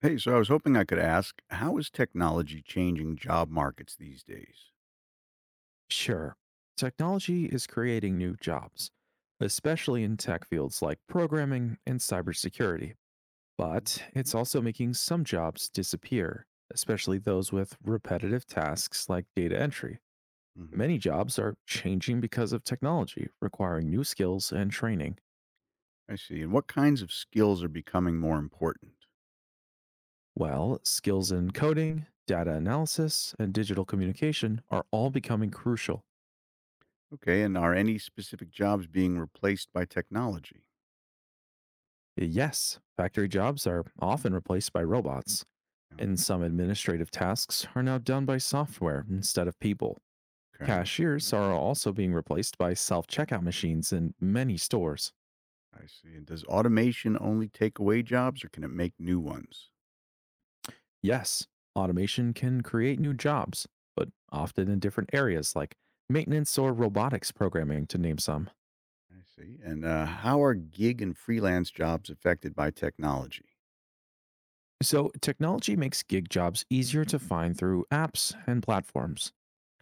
Hey, so I was hoping I could ask, how is technology changing job markets these days? Sure. Technology is creating new jobs, especially in tech fields like programming and cybersecurity, Hmm. but it's also making some jobs disappear, especially those with repetitive tasks like data entry. Hmm. Many jobs are changing because of technology, requiring new skills and training. I see. And what kinds of skills are becoming more important? Well, skills in coding, data analysis, and digital communication are all becoming crucial. Okay. And are any specific jobs being replaced by technology? Yes, factory jobs are often replaced by robots. No. And some administrative tasks are now done by software instead of people. Okay. Cashiers are also being replaced by self checkout machines in many stores. I see. And does automation only take away jobs or can it make new ones? Yes, automation can create new jobs, but often in different areas like maintenance or robotics programming, to name some. I see. And how are gig and freelance jobs affected by technology? So, technology makes gig jobs easier to find through apps and platforms.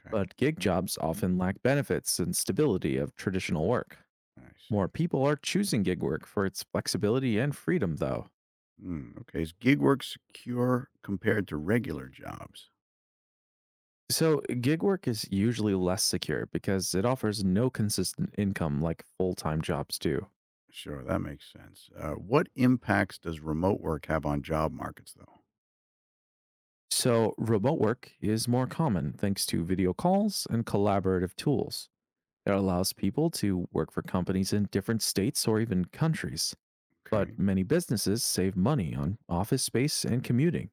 Okay. But gig jobs often lack benefits and stability of traditional work. I see. More people are choosing gig work for its flexibility and freedom, though. Hmm. Okay. Is gig work secure compared to regular jobs? So, gig work is usually less secure because it offers no consistent income like full time jobs do. Sure, that makes sense. What impacts does remote work have on job markets, though? So, remote work is more common thanks to video calls and collaborative tools. It allows people to work for companies in different states or even countries. Okay. But many businesses save money on office space and commuting.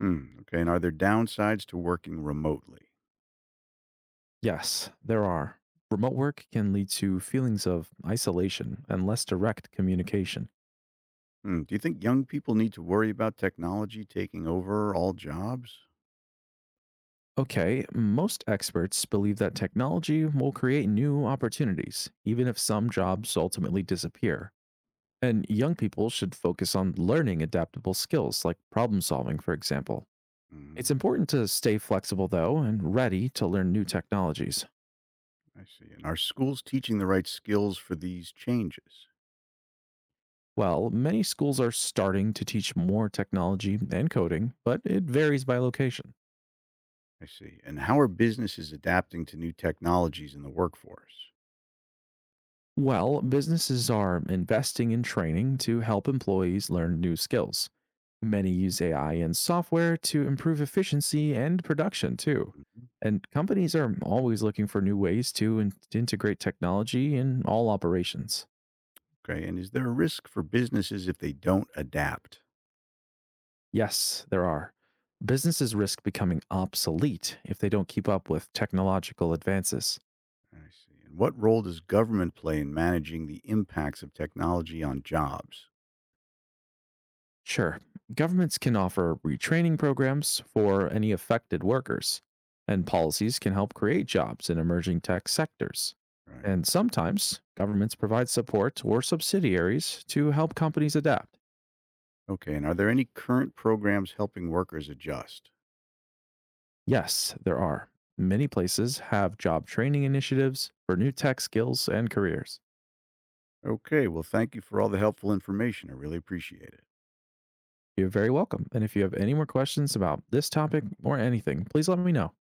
Hmm. Okay. And are there downsides to working remotely? Yes, there are. Remote work can lead to feelings of isolation and less direct communication. Hmm. Do you think young people need to worry about technology taking over all jobs? Okay, most experts believe that technology will create new opportunities, even if some jobs ultimately disappear. And young people should focus on learning adaptable skills like problem solving, for example. It's Hmm. important to stay flexible, though, and ready to learn new technologies. I see. And are schools teaching the right skills for these changes? Well, many schools are starting to teach more technology and coding, but it varies by location. I see. And how are businesses adapting to new technologies in the workforce? Well, businesses are investing in training to help employees learn new skills. Many use AI and software to improve efficiency and production too. Mhm. And companies are always looking for new ways to integrate technology in all operations. Okay. And is there a risk for businesses if they don't adapt? Yes, there are. Businesses risk becoming obsolete if they don't keep up with technological advances. I see. And what role does government play in managing the impacts of technology on jobs? Sure, governments can offer retraining programs for any affected workers, and policies can help create jobs in emerging tech sectors. Right. And sometimes governments provide support or subsidiaries to help companies adapt. Okay. And are there any current programs helping workers adjust? Yes, there are. Many places have job training initiatives for new tech skills and careers. Okay. Well, thank you for all the helpful information. I really appreciate it. You're very welcome. And if you have any more questions about this topic or anything, please let me know.